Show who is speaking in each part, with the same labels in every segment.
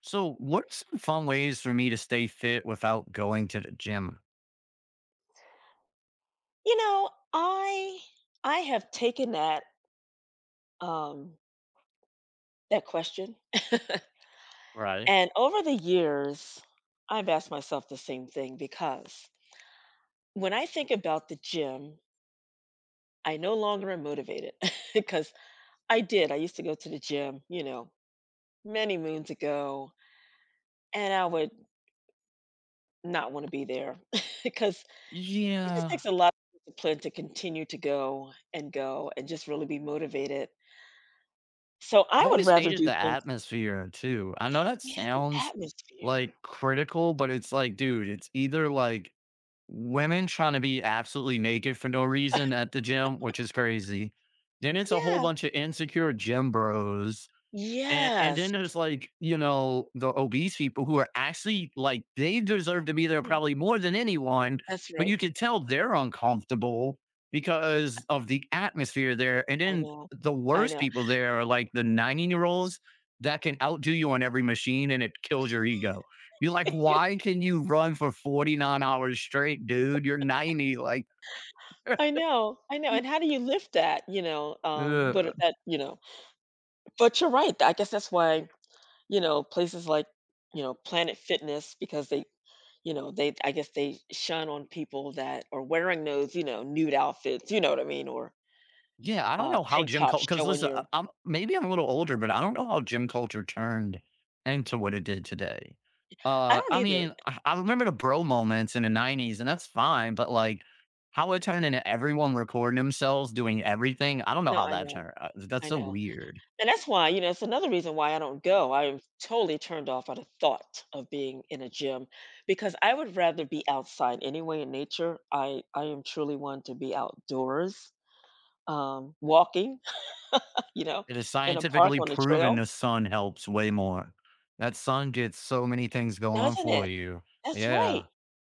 Speaker 1: So, what are some fun ways for me to stay fit without going to the gym?
Speaker 2: You know, I I have taken that um that question
Speaker 1: Right.
Speaker 2: and over the years I've asked myself the same thing because when I think about the gym, I no longer am motivated because I did. I used to go to the gym, you know, many moons ago, and I would not want to be there because it just
Speaker 1: Yeah.
Speaker 2: takes a lot of discipline to continue to go and go and just really be motivated. So I
Speaker 1: I've
Speaker 2: would
Speaker 1: always
Speaker 2: rather
Speaker 1: hated
Speaker 2: do
Speaker 1: the
Speaker 2: things.
Speaker 1: atmosphere too. I know that
Speaker 2: Yeah, the
Speaker 1: sounds
Speaker 2: atmosphere.
Speaker 1: like critical, but it's like, dude, it's either like women trying to be absolutely naked for no reason at the gym, which is crazy. Then it's a whole
Speaker 2: Yeah.
Speaker 1: bunch of insecure gym bros. And
Speaker 2: Yes.
Speaker 1: then there's like, you know, the obese people who are actually like they deserve to be there
Speaker 2: Yeah.
Speaker 1: probably more than anyone,
Speaker 2: That's
Speaker 1: but
Speaker 2: right.
Speaker 1: you can tell they're uncomfortable because of the atmosphere there. And
Speaker 2: I
Speaker 1: then
Speaker 2: know.
Speaker 1: the
Speaker 2: I
Speaker 1: worst
Speaker 2: know.
Speaker 1: people there are like the 90-year-olds that can outdo you on every machine and it kills your ego. You're like, why can you run for 49 hours straight, dude? You're 90. Like,
Speaker 2: I know. I know. And how do you lift that, you know, um, what
Speaker 1: Ugh.
Speaker 2: that, you know. But you're right. I guess that's why, you know, places like, you know, Planet Fitness because they, you know, they I guess they shun on people that are wearing those, you know, nude outfits, or
Speaker 1: Yeah, I don't know how
Speaker 2: tank
Speaker 1: gym culture.
Speaker 2: tops
Speaker 1: Because
Speaker 2: showing
Speaker 1: listen, I
Speaker 2: your—
Speaker 1: I'm maybe I'm a little older, but I don't know how gym culture turned into what it did today.
Speaker 2: I don't
Speaker 1: I
Speaker 2: either.
Speaker 1: mean, I remember the bro moments in the 90s, and that's fine, but, like, how it turned into everyone recording themselves doing everything, I don't know
Speaker 2: No,
Speaker 1: how
Speaker 2: I
Speaker 1: that
Speaker 2: know.
Speaker 1: turned that's
Speaker 2: I
Speaker 1: so
Speaker 2: know.
Speaker 1: weird.
Speaker 2: And that's why, you know, it's another reason why I don't go. I am totally turned off by the thought of being in a gym because I would rather be outside anyway in nature. I am truly one to be outdoors, walking, you know,
Speaker 1: It is
Speaker 2: in a park
Speaker 1: scientifically
Speaker 2: on a
Speaker 1: proven
Speaker 2: trail,
Speaker 1: the sun helps way more. That sun gets so many things going
Speaker 2: doesn't
Speaker 1: for
Speaker 2: it?
Speaker 1: you.
Speaker 2: That's right.
Speaker 1: Yeah,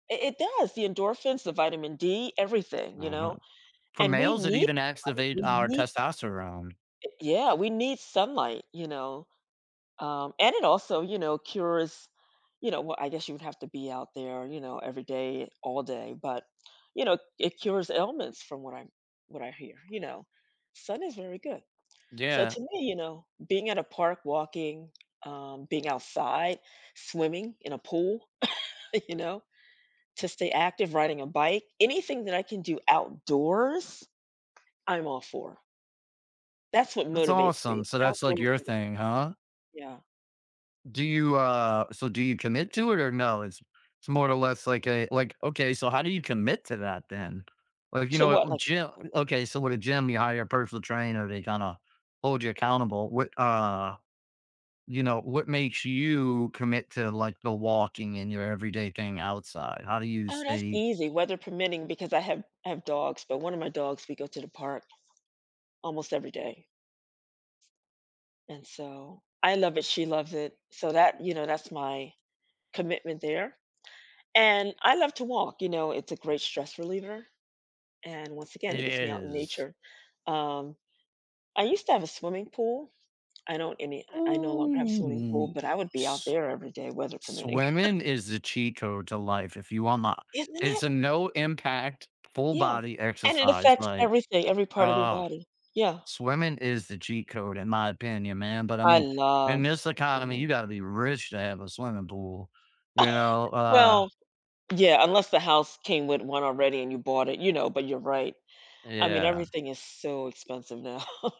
Speaker 2: It does. The endorphins, the vitamin D, everything, you
Speaker 1: mhm.
Speaker 2: know.
Speaker 1: For
Speaker 2: And we
Speaker 1: males, it
Speaker 2: need
Speaker 1: even activates
Speaker 2: we
Speaker 1: our
Speaker 2: need
Speaker 1: testosterone.
Speaker 2: yeah, we need sunlight, you know. And it also, you know, cures, you know, well, I guess you would have to be out there, you know, every day, all day, but you know, it cures ailments from what I hear, you know. Sun is very good. So
Speaker 1: Yeah.
Speaker 2: to me, you know, being at a park walking, being outside, swimming in a pool, you know, to stay active, riding a bike, anything that I can do outdoors, I'm all for. That's what
Speaker 1: That's
Speaker 2: motivates me.
Speaker 1: awesome. So that's like
Speaker 2: Outdoors,
Speaker 1: your thing, huh?
Speaker 2: yeah.
Speaker 1: Do you so do you commit to it or no? It's more or less like a like okay, so how do you commit to that then? Like you
Speaker 2: To what,
Speaker 1: know,
Speaker 2: like—
Speaker 1: gym okay, so with a gym you hire a personal trainer, they kind of hold you accountable. What you know, what makes you commit to like the walking in your everyday thing outside? How do you
Speaker 2: Oh, that's
Speaker 1: stay?
Speaker 2: easy, weather permitting, because I have dogs, but one of my dogs, we go to the park almost every day, and so I love it, she loves it, so that you know, that's my commitment there, and I love to walk, you know, it's a great stress reliever, and once again,
Speaker 1: It
Speaker 2: it gets me out in
Speaker 1: is?
Speaker 2: nature. Um, I used to have a swimming pool. I don't any I no longer have a swimming pool,
Speaker 1: Ooh.
Speaker 2: but I would be out there every day, weather permitting.
Speaker 1: Swimming is the cheat code to life if you want my
Speaker 2: Isn't
Speaker 1: it's
Speaker 2: it?
Speaker 1: a no impact, full
Speaker 2: Yeah,
Speaker 1: body
Speaker 2: and it
Speaker 1: exercise,
Speaker 2: affects
Speaker 1: like,
Speaker 2: everything, every part of your
Speaker 1: ah,
Speaker 2: body. Yeah,
Speaker 1: swimming is the cheat code in my opinion, man, but I
Speaker 2: I
Speaker 1: mean, in
Speaker 2: love
Speaker 1: this economy, you
Speaker 2: swimming.
Speaker 1: gotta be rich to have a swimming pool, you know,
Speaker 2: Well, yeah, unless the house came with one already and you bought it, you know, but you're right. I mean,
Speaker 1: yeah.
Speaker 2: everything is so expensive now.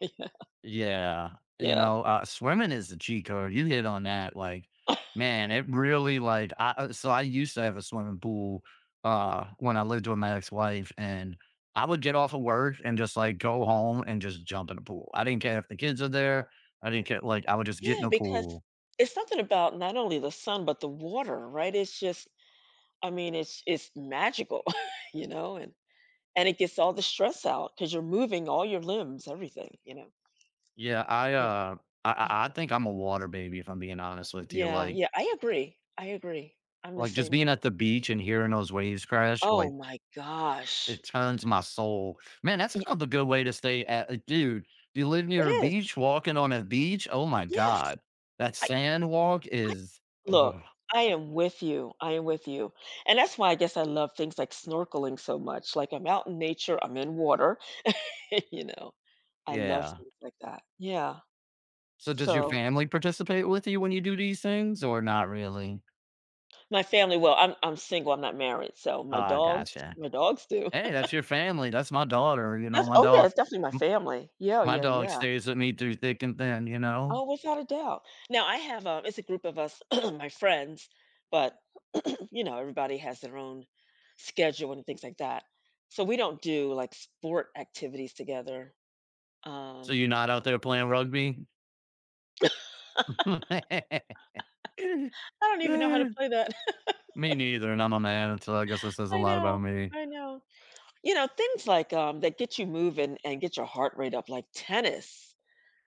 Speaker 1: Yeah, you
Speaker 2: Yeah.
Speaker 1: know, swimming is the cheat code. You hit on that, like, man, it really like I so I used to have a swimming pool when I lived with my ex-wife and I would get off of work and just like go home and just jump in the pool. I didn't care if the kids are there. I didn't care like I would just get in
Speaker 2: Yeah,
Speaker 1: the
Speaker 2: because
Speaker 1: pool.
Speaker 2: it's something about not only the sun, but the water, right? I mean, it's magical, you know, and it gets all the stress out because you're moving all your limbs, everything, you know.
Speaker 1: Yeah, I
Speaker 2: Yeah.
Speaker 1: uh I think I'm a water baby if I'm being honest with you.
Speaker 2: Yeah, yeah, I agree. I agree. I'm the
Speaker 1: Like just
Speaker 2: same.
Speaker 1: being at the beach and hearing those waves crash,
Speaker 2: Oh
Speaker 1: like
Speaker 2: my gosh.
Speaker 1: it turns my soul. Man, that's
Speaker 2: Y-
Speaker 1: another good way to stay at dude, do you live
Speaker 2: It
Speaker 1: near a
Speaker 2: is.
Speaker 1: beach, walking on a beach, oh my
Speaker 2: Yes.
Speaker 1: god. That
Speaker 2: I—
Speaker 1: sand walk is ugh,
Speaker 2: Look, I am with you, and that's why I guess I love things like snorkeling so much, like, I'm out in nature, I'm in water, you know? I love
Speaker 1: yeah.
Speaker 2: things like that. Yeah,
Speaker 1: So does your
Speaker 2: so
Speaker 1: family participate with you when you do these things or not really?
Speaker 2: my family— well, I'm single, I'm not married, so
Speaker 1: Ah, gotcha.
Speaker 2: my dogs do.
Speaker 1: Hey, that's your family, that's my daughter, you know,
Speaker 2: That's— oh, yeah, it's definitely my
Speaker 1: m
Speaker 2: family. Yeah,
Speaker 1: my
Speaker 2: yeah,
Speaker 1: dog
Speaker 2: yeah.
Speaker 1: stays with me through thick and thin, you know?
Speaker 2: Oh, without a doubt. Now I have it's a group of us, my friends, but you know everybody has their own schedule and things like that. So we don't do like sport activities together.
Speaker 1: So
Speaker 2: Um,
Speaker 1: you're not out there playing rugby?
Speaker 2: I don't even know how to
Speaker 1: Eh,
Speaker 2: play that.
Speaker 1: me neither, and I'm a man, so I guess this says a
Speaker 2: I
Speaker 1: lot about
Speaker 2: know,
Speaker 1: me.
Speaker 2: I know. You know things like that get you moving and get your heart rate up, like tennis.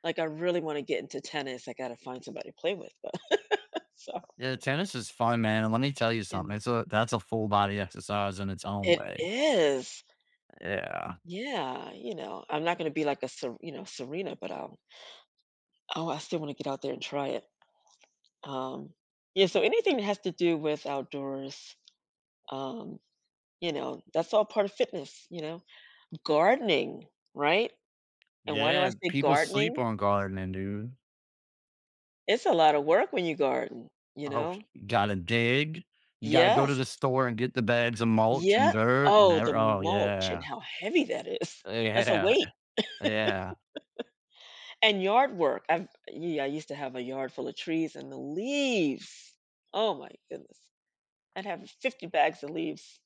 Speaker 2: Like I really want to get into tennis. I got to find somebody to play with, but so
Speaker 1: Yeah, tennis is fun, man, and let me tell you
Speaker 2: yeah.
Speaker 1: something, it's a that's a full body exercise in its own
Speaker 2: It
Speaker 1: way.
Speaker 2: is.
Speaker 1: Yeah.
Speaker 2: Yeah, you know, I'm not gonna be like a Ser you know, Serena, but I'll oh, I still wanna get out there and try it. Um, yeah, so anything that has to do with outdoors, um, you know, that's all part of fitness, you know? Gardening, right? And why do I
Speaker 1: Yeah,
Speaker 2: say
Speaker 1: people sleep
Speaker 2: gardening?
Speaker 1: on gardening, dude.
Speaker 2: It's a lot of work when you garden, you
Speaker 1: Oh,
Speaker 2: know?
Speaker 1: you gotta dig, you gotta go to
Speaker 2: Yes.
Speaker 1: the store and get the bags of mulch and
Speaker 2: Yeah.
Speaker 1: dirt and
Speaker 2: Oh,
Speaker 1: ev
Speaker 2: the
Speaker 1: oh,
Speaker 2: mulch and
Speaker 1: yeah.
Speaker 2: how heavy that is. That's a
Speaker 1: Yeah,
Speaker 2: weight.
Speaker 1: yeah.
Speaker 2: And yard work. I've yeah, I used to have a yard full of trees and the leaves. Oh my goodness. I'd have 50 bags of leaves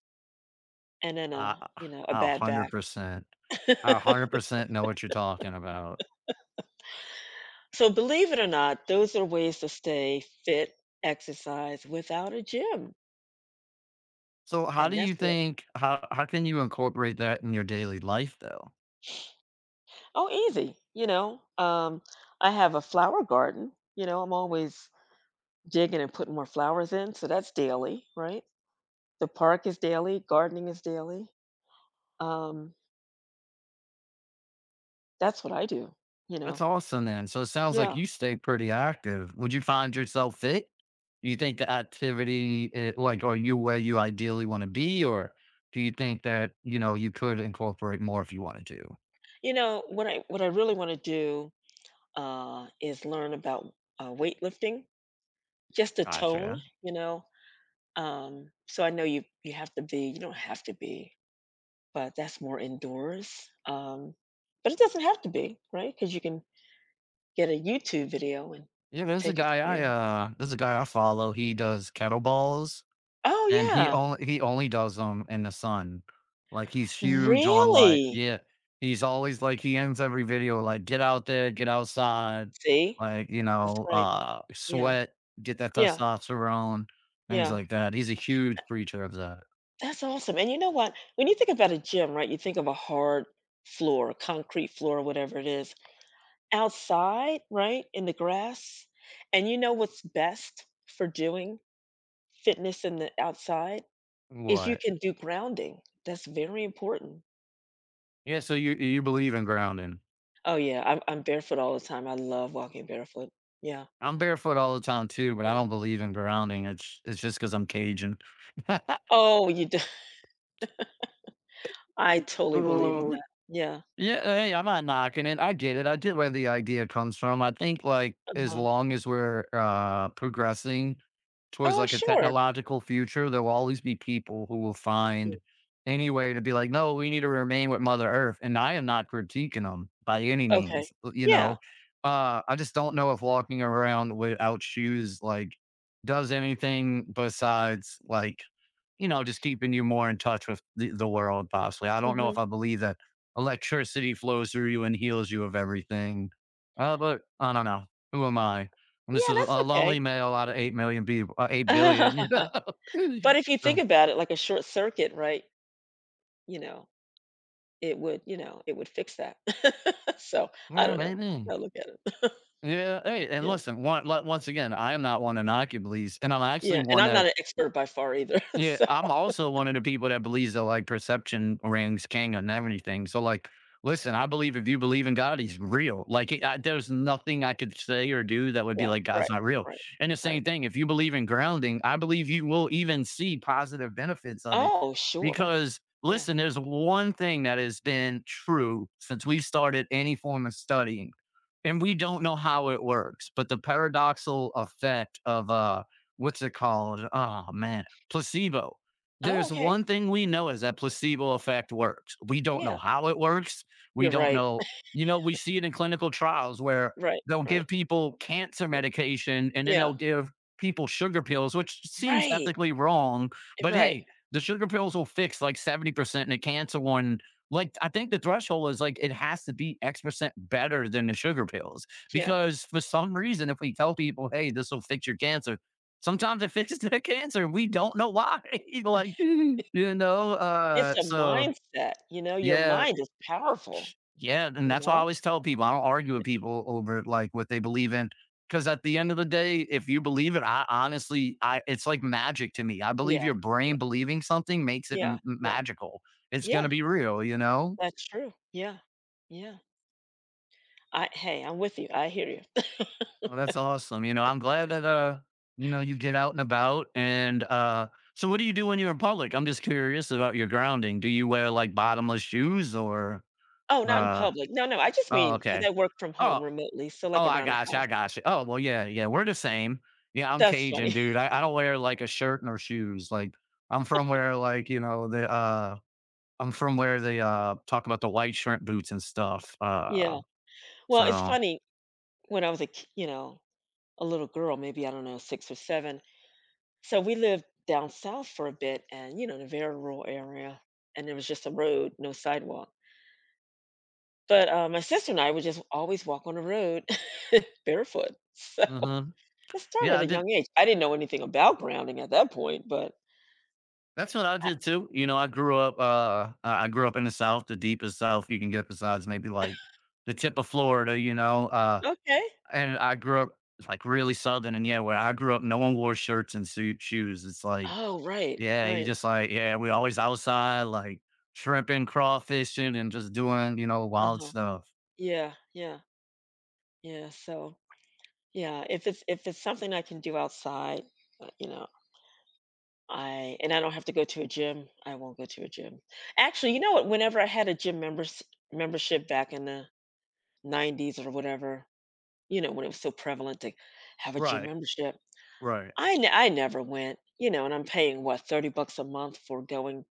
Speaker 2: and then a,
Speaker 1: I
Speaker 2: you know, a bad back.
Speaker 1: 100%. I 100% know what you're talking about.
Speaker 2: So believe it or not, those are ways to stay fit, exercise without a gym.
Speaker 1: So, how do
Speaker 2: And that's
Speaker 1: you
Speaker 2: what
Speaker 1: think how can you incorporate that in your daily life, though?
Speaker 2: oh, easy, you know. I have a flower garden, you know, I'm always digging and putting more flowers in, so that's daily, right? The park is daily, gardening is daily. Um, that's what I do, you
Speaker 1: That's
Speaker 2: know.
Speaker 1: awesome, then. So it sounds like
Speaker 2: Yeah.
Speaker 1: you stay pretty active. Would you find yourself fit? Do you think the activity, eh, like, are you where you ideally want to be, or do you think that you know you could incorporate more if you wanted to?
Speaker 2: You know, what I really want to do is learn about weightlifting. Just the tone,
Speaker 1: Gotcha.
Speaker 2: you know? So I know you have to be— you don't have to be, but that's more indoors. But it doesn't have to be, right? Because you can get a YouTube video and
Speaker 1: Yeah,
Speaker 2: take it from there.
Speaker 1: there's a guy I follow. He does kettlebells,
Speaker 2: Oh,
Speaker 1: and
Speaker 2: yeah.
Speaker 1: he only does them in the sun. Like, he's huge on, like
Speaker 2: Really?
Speaker 1: yeah. He's always like he ends every video, like, "Get out there, get outside,"
Speaker 2: See?
Speaker 1: like, you
Speaker 2: That's
Speaker 1: know,
Speaker 2: right. Yeah.
Speaker 1: "Sweat, get that
Speaker 2: Yeah.
Speaker 1: testosterone," things
Speaker 2: Yeah.
Speaker 1: like that. He's a huge preacher of that.
Speaker 2: That's awesome. And you know what? When you think about a gym, right, you think of a hard floor, concrete floor, whatever it is. Outside, right, in the grass, and you know what's best for doing? Fitness in the outside is you
Speaker 1: What?
Speaker 2: can do grounding. That's very important.
Speaker 1: Yeah, so you believe in grounding.
Speaker 2: Oh, yeah, I'm barefoot all the time. I love walking barefoot. Yeah,
Speaker 1: I'm barefoot all the time too, but I
Speaker 2: yeah.
Speaker 1: don't believe in grounding. It's just because 'cause I'm Cajun.
Speaker 2: Oh, you do. I totally believe in
Speaker 1: Oh,
Speaker 2: that. Yeah,
Speaker 1: yeah, hey, I'm not knocking it. I get it. I get where the idea comes from. I think like as
Speaker 2: uh-huh.
Speaker 1: long as we're progressing towards
Speaker 2: Oh,
Speaker 1: like a
Speaker 2: sure.
Speaker 1: technological future, there will always be people who will
Speaker 2: Yeah.
Speaker 1: find any way to be like, no, we need to remain with Mother Earth. And I am not critiquing them by any
Speaker 2: Okay.
Speaker 1: means. L- You
Speaker 2: Yeah.
Speaker 1: know, I just don't know if walking around without shoes like does anything besides like you know, just keeping you more in touch with the world, possibly. I don't know
Speaker 2: Mhm.
Speaker 1: if I believe that electricity flows through you and heals you of everything. But I don't know. Who am I? I'm just
Speaker 2: Yeah,
Speaker 1: a
Speaker 2: that's okay.
Speaker 1: lonely male out of 8 million people, 8 billion, you know?
Speaker 2: But if you think
Speaker 1: So,
Speaker 2: about it like a short circuit, right, you know, it would you know, it would fix that. So, I
Speaker 1: yeah,
Speaker 2: don't know.
Speaker 1: maybe.
Speaker 2: I look at it.
Speaker 1: Yeah. Hey, and
Speaker 2: Yeah,
Speaker 1: listen, one, like, once again, I am not one to knock you, please. And I'm actually
Speaker 2: yeah, and
Speaker 1: one
Speaker 2: I'm not
Speaker 1: that
Speaker 2: an expert by far either,
Speaker 1: yeah,
Speaker 2: so—
Speaker 1: I'm also one of the people that believes that like perception rings king on everything. So like, listen, I believe if you believe in God, He's real. Like, it- I, there's nothing I could say or do that would be
Speaker 2: Yeah,
Speaker 1: like God's
Speaker 2: right,
Speaker 1: not real.
Speaker 2: right,
Speaker 1: And the
Speaker 2: right.
Speaker 1: same thing, if you believe in grounding, I believe you will even see positive benefits of it.
Speaker 2: Oh, sure.
Speaker 1: Because
Speaker 2: Yeah.
Speaker 1: listen, there's one thing that has been true since we started any form of studying, and we don't know how it works, but the paradoxal effect of what's it called? Oh man placebo.
Speaker 2: Oh,
Speaker 1: There's
Speaker 2: okay.
Speaker 1: one thing we know is that placebo effect works. We don't know
Speaker 2: Yeah.
Speaker 1: how it works. We
Speaker 2: You're
Speaker 1: don't
Speaker 2: right.
Speaker 1: know, you know, we see it in clinical trials where
Speaker 2: Right,
Speaker 1: they'll
Speaker 2: right.
Speaker 1: give people cancer
Speaker 2: Y—
Speaker 1: medication and then
Speaker 2: yeah.
Speaker 1: they'll give people sugar pills, which seems
Speaker 2: Right,
Speaker 1: ethically wrong. But
Speaker 2: right.
Speaker 1: hey, the sugar pills will fix like 70% and the cancer one. Like, I think the threshold is like it has to be X percent better than the sugar pills
Speaker 2: Yeah.
Speaker 1: because for some reason, if we tell people, hey, this will fix your cancer, sometimes it fixes their cancer, and we don't know why, like, you know,
Speaker 2: It's a
Speaker 1: so
Speaker 2: mindset, you know, your
Speaker 1: yeah,
Speaker 2: mind is powerful,
Speaker 1: yeah, and
Speaker 2: you
Speaker 1: that's why I
Speaker 2: know?
Speaker 1: always tell people, I don't argue
Speaker 2: Y—
Speaker 1: with people over, like, what they believe in. Because at the end of the day, if you believe it, I honestly I it's like magic to me, I believe
Speaker 2: yeah,
Speaker 1: your
Speaker 2: yeah,
Speaker 1: brain believing something makes it
Speaker 2: yeah,
Speaker 1: m
Speaker 2: yeah,
Speaker 1: magical. It's
Speaker 2: yeah,
Speaker 1: gonna be real, you know?
Speaker 2: that's true. Yeah, yeah. I— hey, I'm with you, I hear you.
Speaker 1: Well, that's awesome. You know, I'm glad that you know, you get out and about. And so what do you do when you're in public? I'm just curious about your grounding. Do you wear like bottomless shoes or
Speaker 2: Oh, not in
Speaker 1: uh
Speaker 2: public. No, no, I just
Speaker 1: oh
Speaker 2: mean because
Speaker 1: okay.
Speaker 2: I work from home
Speaker 1: Oh,
Speaker 2: remotely, so,
Speaker 1: oh,
Speaker 2: like,
Speaker 1: I
Speaker 2: around the
Speaker 1: gotcha, I
Speaker 2: house.
Speaker 1: gotcha. Oh, well, yeah, yeah, we're the same. Yeah, I'm
Speaker 2: That's
Speaker 1: Cajun,
Speaker 2: funny.
Speaker 1: dude. I don't wear like a shirt nor shoes. Like I'm from where like, you know, the I'm from where they talk about the white shrimp boots and stuff.
Speaker 2: Yeah. Well, it's
Speaker 1: So
Speaker 2: funny, when I was a ki you know a little girl, maybe I don't know, 6 or 7. So we lived down south for a bit, and you know, in a very rural area, and there was just a road, no sidewalk. But my sister and I would just always walk on the road barefoot. So
Speaker 1: mhm.
Speaker 2: it started
Speaker 1: Yeah,
Speaker 2: at
Speaker 1: I
Speaker 2: a
Speaker 1: did
Speaker 2: young age. I didn't know anything about grounding at that point, but
Speaker 1: that's what I
Speaker 2: I,
Speaker 1: did too. You know, I grew up, I grew up in the South, the deepest South you can get besides maybe like the tip of Florida, you know,
Speaker 2: okay.
Speaker 1: and I grew up like really Southern and yeah, where I grew up, no one wore shirts and suit shoes. It's like,
Speaker 2: Oh, right,
Speaker 1: yeah, you
Speaker 2: right.
Speaker 1: just like, yeah, we always outside like shrimping, crawfishing and just doing, you know,
Speaker 2: Uh
Speaker 1: wild
Speaker 2: huh.
Speaker 1: stuff.
Speaker 2: Yeah, yeah, yeah. So yeah, if it's something I can do outside, you know, I and I don't have to go to a gym. I won't go to a gym. Actually, you know what? Whenever I had a gym members membership back in the '90s or whatever, you know, when it was so prevalent to have a gym
Speaker 1: Right.
Speaker 2: membership,
Speaker 1: Right.
Speaker 2: I never went, you know, and I'm paying what, 30 bucks a month for going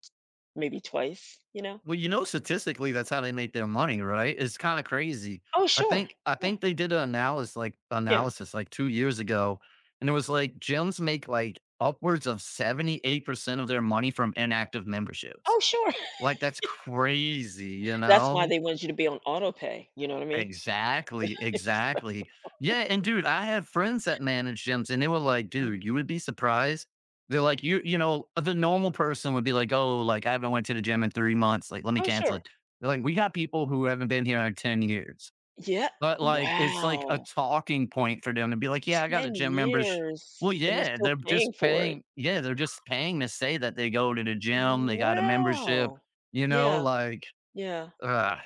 Speaker 2: maybe twice, you know?
Speaker 1: Well, you know, statistically, that's how they make their money, right? It's kind of crazy.
Speaker 2: Oh,
Speaker 1: I
Speaker 2: sure.
Speaker 1: think I
Speaker 2: Yeah.
Speaker 1: think they did an analysis
Speaker 2: Yeah.
Speaker 1: like 2 years ago, and it was like gyms make like upwards of 78% of their money from inactive memberships.
Speaker 2: Oh, sure.
Speaker 1: Like that's crazy, you
Speaker 2: That's why
Speaker 1: know?
Speaker 2: they wanted you to be on auto pay, you know what I mean?
Speaker 1: Exactly, exactly. Yeah, and dude, I have friends that manage gyms and they were like,
Speaker 2: Um,
Speaker 1: dude, you would be surprised. They're like, you know, the normal person would be like, oh, like I haven't went to the gym in 3 months. Like, let me
Speaker 2: oh,
Speaker 1: cancel
Speaker 2: sure.
Speaker 1: it. They're like, we got people who haven't been here in 10 years.
Speaker 2: Yeah.
Speaker 1: But like, it's like a
Speaker 2: Wow.
Speaker 1: talking point for them to be like, yeah, I got a
Speaker 2: 10
Speaker 1: gym membership. Well,
Speaker 2: years and they're
Speaker 1: yeah,
Speaker 2: still
Speaker 1: they're
Speaker 2: paying
Speaker 1: just
Speaker 2: for it.
Speaker 1: paying. Yeah, they're just paying to say that they go to the gym. They got a membership,
Speaker 2: Wow.
Speaker 1: you know,
Speaker 2: Yeah,
Speaker 1: like,
Speaker 2: yeah,
Speaker 1: uh,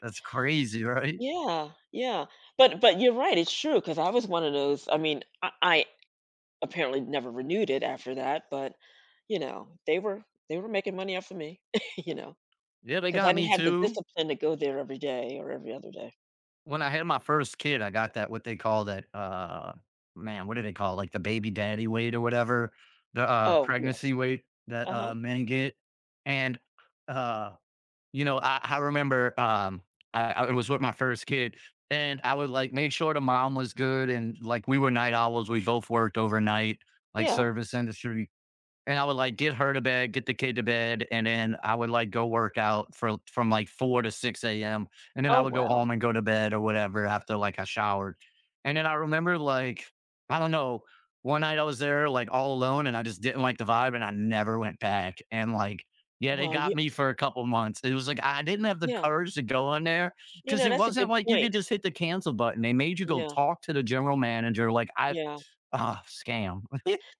Speaker 1: that's crazy, right?
Speaker 2: yeah, yeah. But you're right, it's true because I was one of those— I mean, I apparently never renewed it after that, but, you know, they were making money off of me, you know,
Speaker 1: Yeah, they
Speaker 2: because I
Speaker 1: got
Speaker 2: didn't
Speaker 1: me
Speaker 2: have the
Speaker 1: too.
Speaker 2: discipline to go there every day or every other day.
Speaker 1: When I had my first kid, I got that what they call that, man, what do they call it? Like the baby daddy weight or whatever, the,
Speaker 2: Oh, yes.
Speaker 1: pregnancy weight that,
Speaker 2: Uh-huh.
Speaker 1: men get. And, uh, you know, I remember, I was with my first kid and I would like make sure the mom was good. And like we were night owls, we both worked overnight, like
Speaker 2: Yeah.
Speaker 1: service industry. And I would like get her to bed, get the kid to bed, and then I would like go work out for from like four to six a.m. and then
Speaker 2: Oh,
Speaker 1: I would go
Speaker 2: wow.
Speaker 1: home and go to bed or whatever after like I showered. And then I remember like I don't know one night I was there like all alone and I just didn't like the vibe and I never went back. And like yeah, they
Speaker 2: Well, you
Speaker 1: got me for a couple months. It was like I didn't have the
Speaker 2: yeah.
Speaker 1: courage to go on there
Speaker 2: You
Speaker 1: because
Speaker 2: know,
Speaker 1: it
Speaker 2: that's a
Speaker 1: wasn't
Speaker 2: good
Speaker 1: like you
Speaker 2: point.
Speaker 1: could just hit the cancel button. They made you go
Speaker 2: Yeah,
Speaker 1: talk to the general manager. Like I
Speaker 2: yeah.
Speaker 1: ah scam.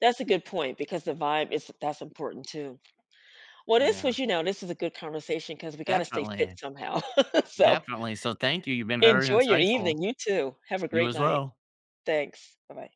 Speaker 2: That's a good point because the vibe is— that's important too. Well, this
Speaker 1: Yeah,
Speaker 2: was, you know, this is a good conversation because we gotta stay fit
Speaker 1: definitely.
Speaker 2: somehow. So,
Speaker 1: Definitely, so thank you, you've been very
Speaker 2: enjoy your
Speaker 1: insightful.
Speaker 2: evening. You too. Have a
Speaker 1: You
Speaker 2: great
Speaker 1: as
Speaker 2: night.
Speaker 1: well.
Speaker 2: Thanks. Bye-bye.